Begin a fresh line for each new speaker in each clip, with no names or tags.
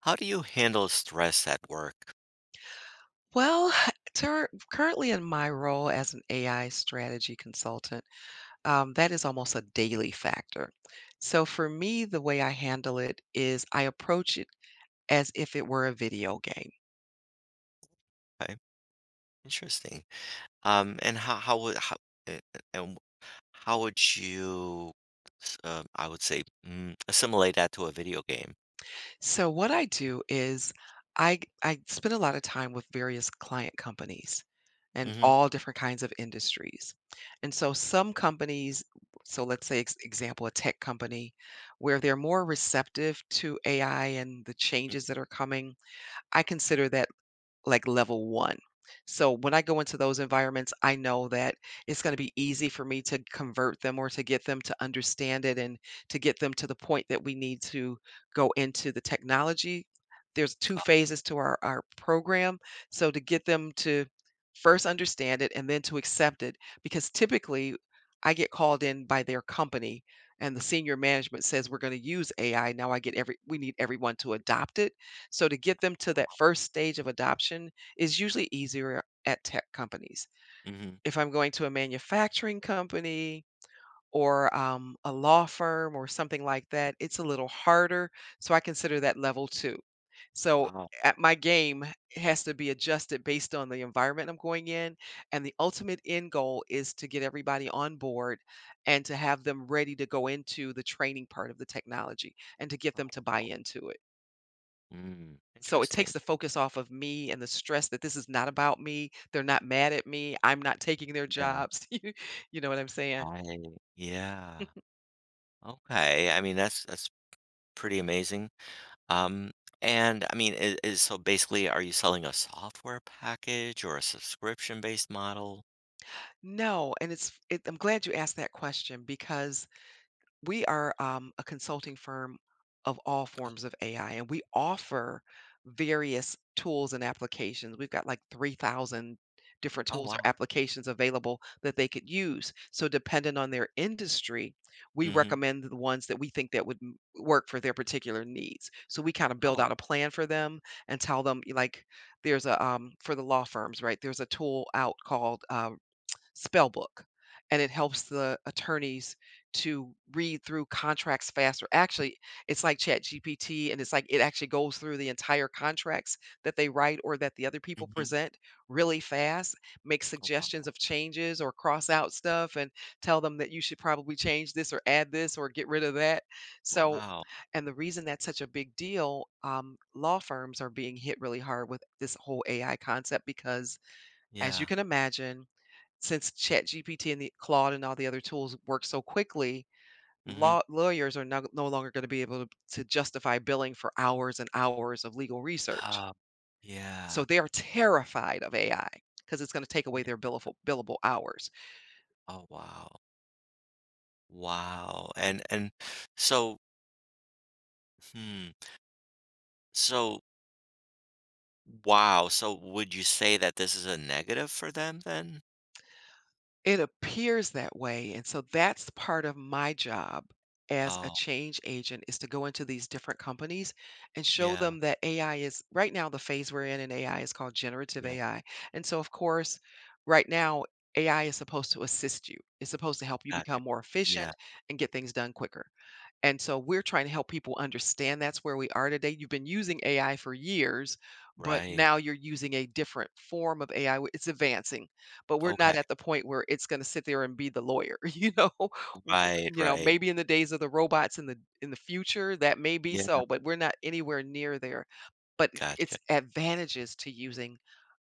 How do you handle stress at work?
Well, tur currently in my role as an AI strategy consultant, that is almost a daily factor. So for me, the way I handle it is I approach it as if it were a video game.
Okay, interesting. And how would how a- and how would you, I would say, assimilate that to a video game?
So what I do is I spend a lot of time with various client companies and
Mm-hmm.
all different kinds of industries. And so some companies, so let's say example, a tech company, where they're more receptive to AI and the changes that are coming, I consider that like level one. So when I go into those environments, I know that it's going to be easy for me to convert them or to get them to understand it, and to get them to the point that we need to go into the technology. There's two phases to our program. So to get them to first understand it and then to accept it, because typically I get called in by their company and the senior management says we're going to use AI. Now, I get every we need everyone to adopt it, so to get them to that first stage of adoption is usually easier at tech companies.
Mm-hmm.
If I'm going to a manufacturing company or a law firm or something like that, it's a little harder. So I consider that level two. So
Wow.
at my game has to be adjusted based on the environment I'm going in. And the ultimate end goal is to get everybody on board and to have them ready to go into the training part of the technology and to get
Wow,
them to buy
wow.
into it. So it takes
Interesting.
the focus off of me and the stress, that this is not about me. They're not mad at me. I'm not taking their
Yeah.
jobs. You know what I'm saying?
Right. Yeah. Okay. That's pretty amazing. Um, and I mean, is so basically, are you selling a software package or a subscription-based model?
No, and I'm glad you asked that question, because we are a consulting firm of all forms of AI, and we offer various tools and applications. We've got like 3,000 different
Oh,
tools or
wow.
applications available that they could use. So, depending on their industry, we
Mm-hmm.
recommend the ones that we think that would work for their particular needs. So, we kind of build
Oh.
out a plan for them and tell them, like, there's a for the law firms, right? There's a tool out called spell book, and it helps the attorneys to read through contracts faster. Actually, it's like ChatGPT, and it's like it actually goes through the entire contracts that they write or that the other people
Mm-hmm.
present really fast, make
Oh,
suggestions
wow.
of changes or cross out stuff and tell them that you should probably change this or add this or get rid of that. So,
Wow.
and the reason that's such a big deal, law firms are being hit really hard with this whole AI concept because, as you
Yeah.
can imagine, since ChatGPT and the Claude and all the other tools work so quickly,
Mhm.
lawyers are no longer going to be able to justify billing for hours and hours of legal research.
Oh, yeah.
So they are terrified of AI, because it's going to take away their
Yeah.
billable hours.
Oh, wow. Wow. And so, hmm. So, Wow. So would you say that this is a negative for them then?
It appears that way, and so that's part of my job as a
Oh,
change agent is to go into these different companies and show
yeah.
them that AI is right now. The phase we're in AI, is called generative
Yeah.
AI. And so of course, right now AI is supposed to assist you. It's supposed to help you
Gotcha.
become more efficient
Yeah.
and get things done quicker. And so we're trying to help people understand that's where we are today. You've been using AI for years, but
Right.
now you're using a different form of AI. It's advancing, but we're
Okay.
not at the point where it's going to sit there and be the lawyer. You know,
Right,
you know,
right.
maybe in the days of the robots in the future that may be
Yeah.
so, but we're not anywhere near there. But
Gotcha.
it's advantages to using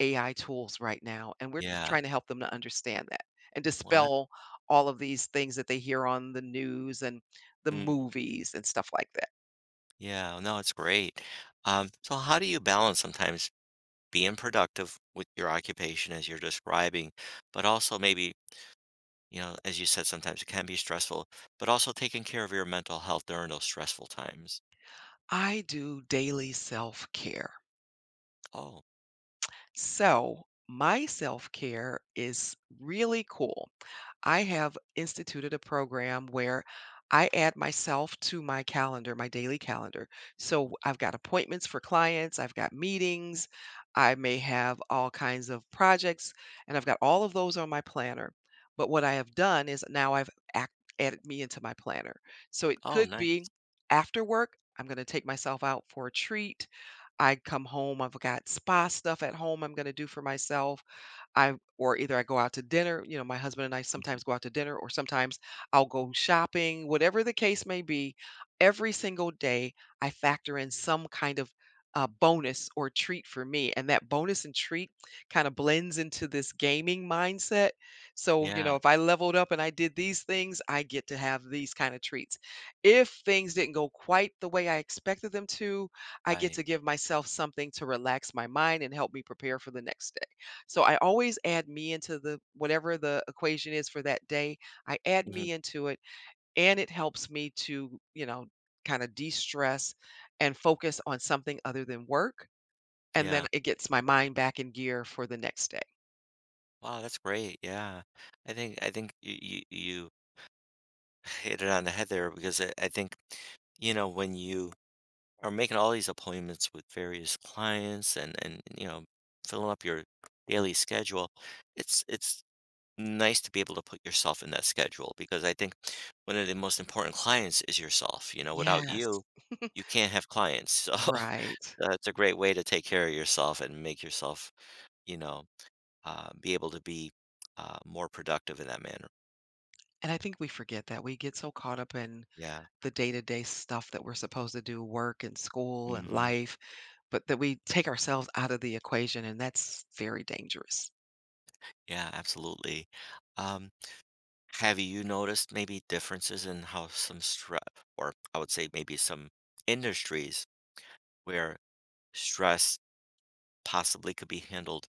AI tools right now, and we're just
Yeah.
trying to help them to understand that and
What?
dispel all of these things that they hear on the news and the
Mm.
movies and stuff like that.
Yeah. No, it's great. So how do you balance sometimes being productive with your occupation as you're describing, but also maybe, you know, as you said, sometimes it can be stressful, but also taking care of your mental health during those stressful times.
I do daily self care.
Oh,
So, my self care is really cool. I have instituted a program where I add myself to my calendar, my daily calendar. So
mm,
I've got appointments for clients, I've got meetings, I may have all kinds of projects, and I've got all of those on my planner. But what I have done is now I've added me into my planner. So it
oh,
could
nice.
be after work, I'm going to take myself out for a treat. I come home, I've got spa stuff at home I'm going to do for myself. I or either I go out to dinner, you know, my husband and I
Mhm.
sometimes go out to dinner, or sometimes I'll go shopping, whatever the case may be. Every single day I factor in some kind of bonus or treat for me. And that bonus and treat kind of blends into this gaming mindset. So, you
Yeah,
know, if I leveled up and I did these things, I get to have these kind of treats. If things didn't go quite the way I expected them to, I get
right.
to give myself something to relax my mind and help me prepare for the next day. So I always add me into the whatever the equation is for that day, I add
Hmm.
me into it, and it helps me to, you know, kind of de-stress and focus on something other than work. And then
Yeah.
it gets my mind back in gear for the next day.
Wow, that's great. Yeah. I think you hit it on the head there because I think you know when you are making all these appointments with various clients and you know filling up your daily schedule it's nice to be able to put yourself in that schedule because I think one of the most important clients is yourself. You know, without you,
Yes,
you can't have clients. So
right.
that's a great way to take care of yourself and make yourself, you know, be able to be more productive in that manner.
And I think we forget that. We get so caught up in
Yeah.
the day-to-day stuff that we're supposed to do, work and school and
Hmm.
life, but that we take ourselves out of the equation, and that's very dangerous.
Yeah, absolutely. Um, have you noticed maybe differences in how some stress, or I would say maybe some industries where stress possibly could be handled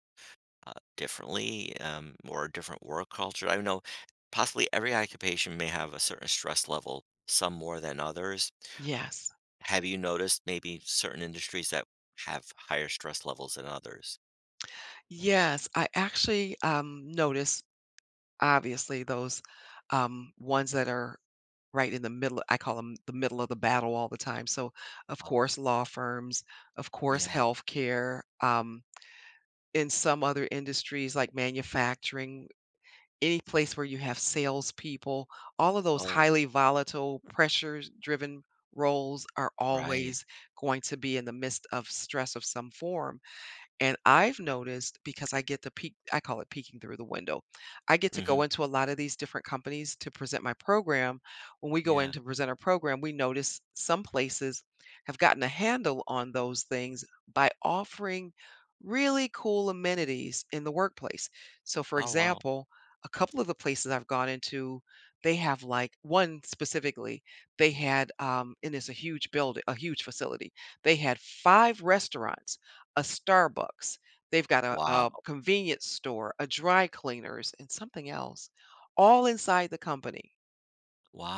differently, or a different work culture. I know possibly every occupation may have a certain stress level, some more than others.
Yes.
Have you noticed maybe certain industries that have higher stress levels than others?
Yes, I actually, notice, obviously, those, ones that are right in the middle. I call them the middle of the battle all the time. So, of
Oh,
course, law firms, of course,
yeah.
healthcare, in some other industries like manufacturing, any place where you have salespeople, all of those
Oh,
highly volatile, pressure-driven roles are
right.
always going to be in the midst of stress of some form. And I've noticed, because I get to peek, I call it peeking through the window. I get to go
Hmm.
into a lot of these different companies to present my program. When we go in
Yeah.
to present our program, we notice some places have gotten a handle on those things by offering really cool amenities in the workplace. So for
Oh, wow.
example, a couple of the places I've gone into, they have like one specifically, they had and it's a huge building, a huge facility. They had five restaurants, a Starbucks, they've got a
Wow.
convenience store, a dry cleaners, and something else, all inside the company.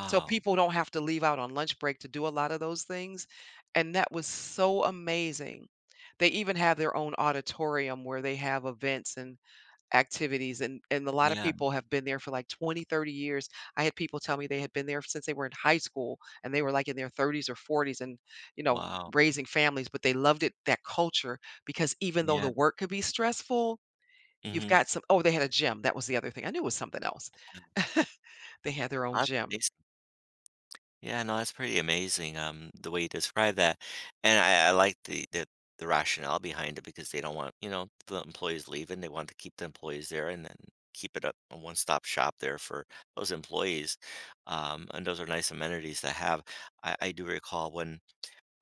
So people don't have to leave out on lunch break to do a lot of those things, and that was so amazing. They even have their own auditorium where they have events and activities, and a lot of
Yeah.
people have been there for, like, 20-30 years. I had people tell me they had been there since they were in high school, and they were, like, in their 30s or 40s and, you know,
Wow.
raising families, but they loved it, that culture, because even though
Yeah.
the work could be stressful, you've
Mm-hmm.
got some. Oh, they had a gym, that was the other thing. I knew it was something else. They had their own gym.
Yeah, no, that's pretty amazing, the way you describe that. And I like the rationale behind it because they don't want, you know, the employees leaving. They want to keep the employees there and then keep it up a one-stop shop there for those employees. And those are nice amenities to have. I do recall when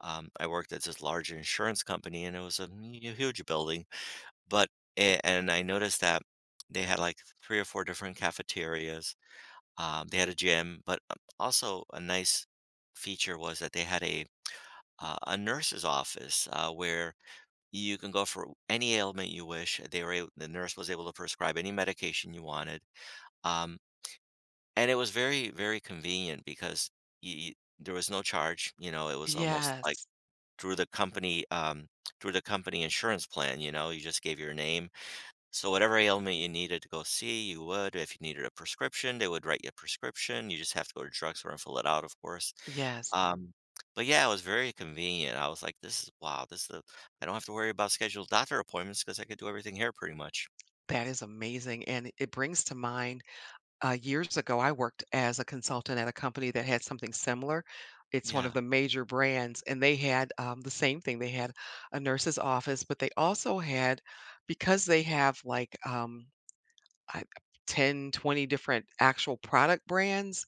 I worked at this large insurance company and it was a huge building, but and I noticed that they had like three or four different cafeterias, they had a gym, but also a nice feature was that they had a nurse's office where you can go for any ailment you wish. They were able, the nurse was able to prescribe any medication you wanted, um, and it was very very convenient because you, there was no charge. You know, it was almost like
Yes,
through the company, through the company insurance plan. You know, you just gave your name so whatever ailment you needed to go see, you would. If you needed a prescription, they would write you a prescription. You just have to go to drugstore and fill it out, of course.
yes.
Um, but yeah, it was very convenient. I was like, this is wow, this is the I don't have to worry about scheduled doctor appointments because I could do everything here pretty much.
That is amazing, and it brings to mind, years ago, I worked as a consultant at a company that had something similar. It's one of
Yeah,
the major brands, and they had the same thing. They had a nurse's office, but they also had, because they have like I- 10, 20 different actual product brands,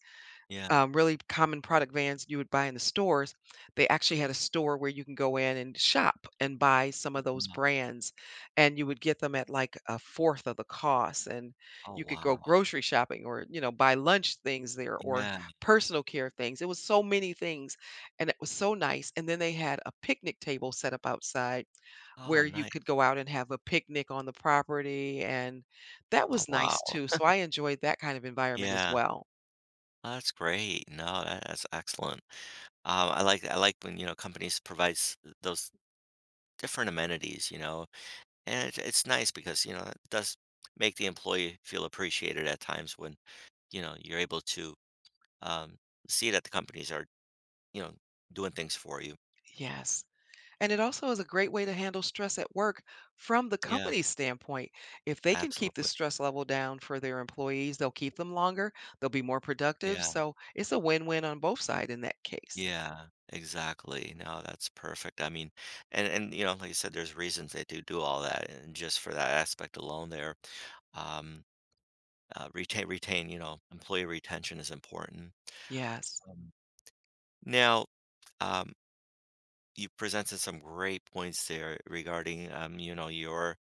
yeah.
really common product vans you would buy in the stores, they actually had a store where you can go in and shop and buy some of those
Yeah.
brands, and you would get them at like a fourth of the cost. And
Oh
you could go
wow.
grocery shopping or, you know, buy lunch things there or
Yeah.
personal care things. It was so many things, and it was so nice. And then they had a picnic table set up outside
Oh
where you could
nice.
go out and have a picnic on the property, and that
Oh
was
wow.
nice too. So I enjoyed that kind of environment as
Yeah.
well.
Oh, that's great. No, that's excellent. I like when, you know, companies provides those different amenities, you know. And it's nice because, you know, it does make the employee feel appreciated at times when, you know, you're able to, um, see that the companies are, you know, doing things for you.
Yes. And it also is a great way to handle stress at work from the
Yeah,
company's standpoint. If they can keep the
absolutely.
stress level down for their employees, they'll keep them longer, they'll be more productive.
Yeah,
So it's a win win on both sides in that case.
yeah, exactly. No, that's perfect. I mean, and you know, like I said, there's reasons they do do all that, and just for that aspect alone, there, um, retain, you know, employee retention is important.
Yes.
Um, now, um, you presented some great points there regarding, you know your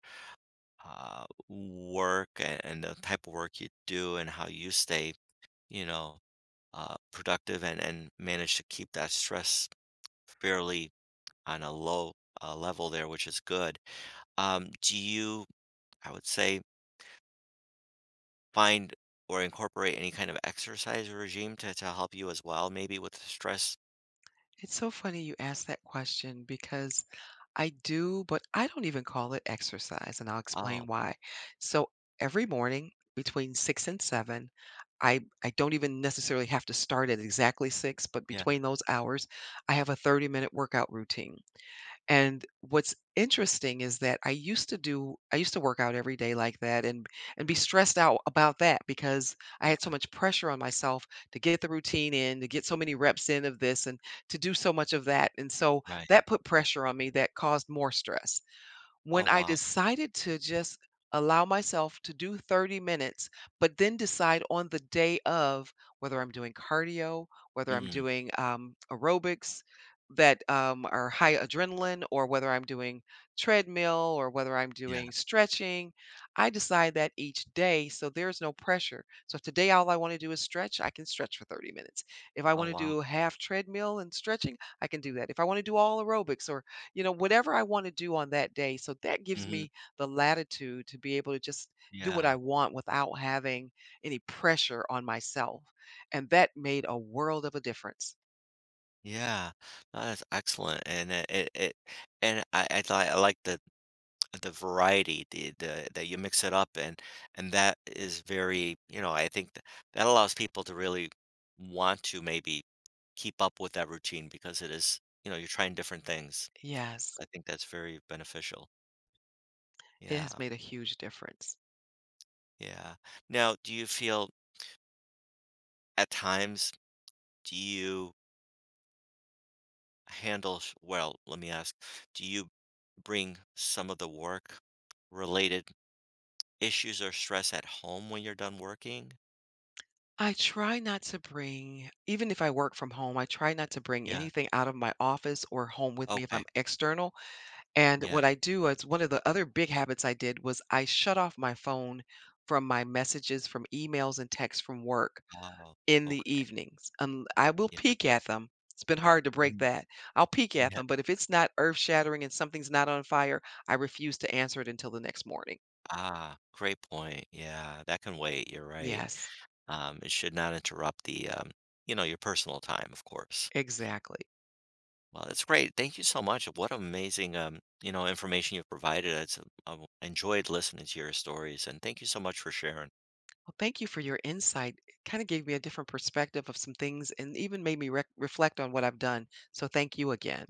work and the type of work you do and how you stay you know productive and manage to keep that stress fairly on a low level there, which is good. Do you, I would say, find or incorporate any kind of exercise regime to help you as well maybe with the stress?
It's so funny you asked that question, because I do, but I don't even call it exercise, and I'll
Oh
explain why. So every morning between six and seven, I don't even necessarily have to start at exactly six, but
yeah.
between those hours, I have a 30-minute workout routine. And what's interesting is that I used to work out every day like that and be stressed out about that, because I had
Yeah,
so much pressure on myself to get the routine in, to get so many reps in of this and to do so much of that. And so
right.
that put pressure on me that caused more stress.
Oh
When I
wow.
decided to just allow myself to do 30 minutes, but then decide on the day of whether I'm doing cardio, whether I'm
Mm,
doing aerobics that are high adrenaline, or whether I'm doing treadmill, or whether I'm
yeah.
doing stretching, I decide that each day. So there's no pressure. So if today all I want to do is stretch, I can stretch for 30 minutes. If I
Oh
want to
wow.
do half treadmill and stretching, I can do that. If I want to do all aerobics or, you know, whatever I want to do on that day. So that gives
Hmm.
me the latitude to be able to just do what
Yeah.
I want without having any pressure on myself. And that made a world of a difference.
Yeah, no, that's excellent, and it and I like the variety, the that you mix it up, and that is very, you know, I think that, that allows people to really want to maybe keep up with that routine because it is, you know, you're trying different things.
Yes,
I think that's very beneficial.
it
Yeah,
has made a huge difference.
yeah. Now, do you feel at times do you let me ask, do you bring some of the work related issues or stress at home when you're done working?
I try not to bring, even if I work from home, I try not to bring
Yeah.
anything out of my office or home with me if I'm
Okay.
external. And
Yeah.
what I do is one of the other big habits I did was I shut off my phone from my messages, from emails and texts from work
Oh,
in the
okay.
evenings. I will
Yeah.
peek at them. It's been hard to break
Mhm.
that. I'll peek at
Yeah.
them, but if it's not earth shattering and something's not on fire, I refuse to answer it until the next morning.
Ah, great point. Yeah, that can wait. You're right.
Yes,
It should not interrupt the, you know, your personal time, of course.
exactly.
Well, that's great. Thank you so much. What amazing, you know, information you've provided. It's, I've enjoyed listening to your stories, and thank you so much for sharing.
Well, thank you for your insight. It kind of gave me a different perspective of some things and even made me rec reflect on what I've done. So thank you again.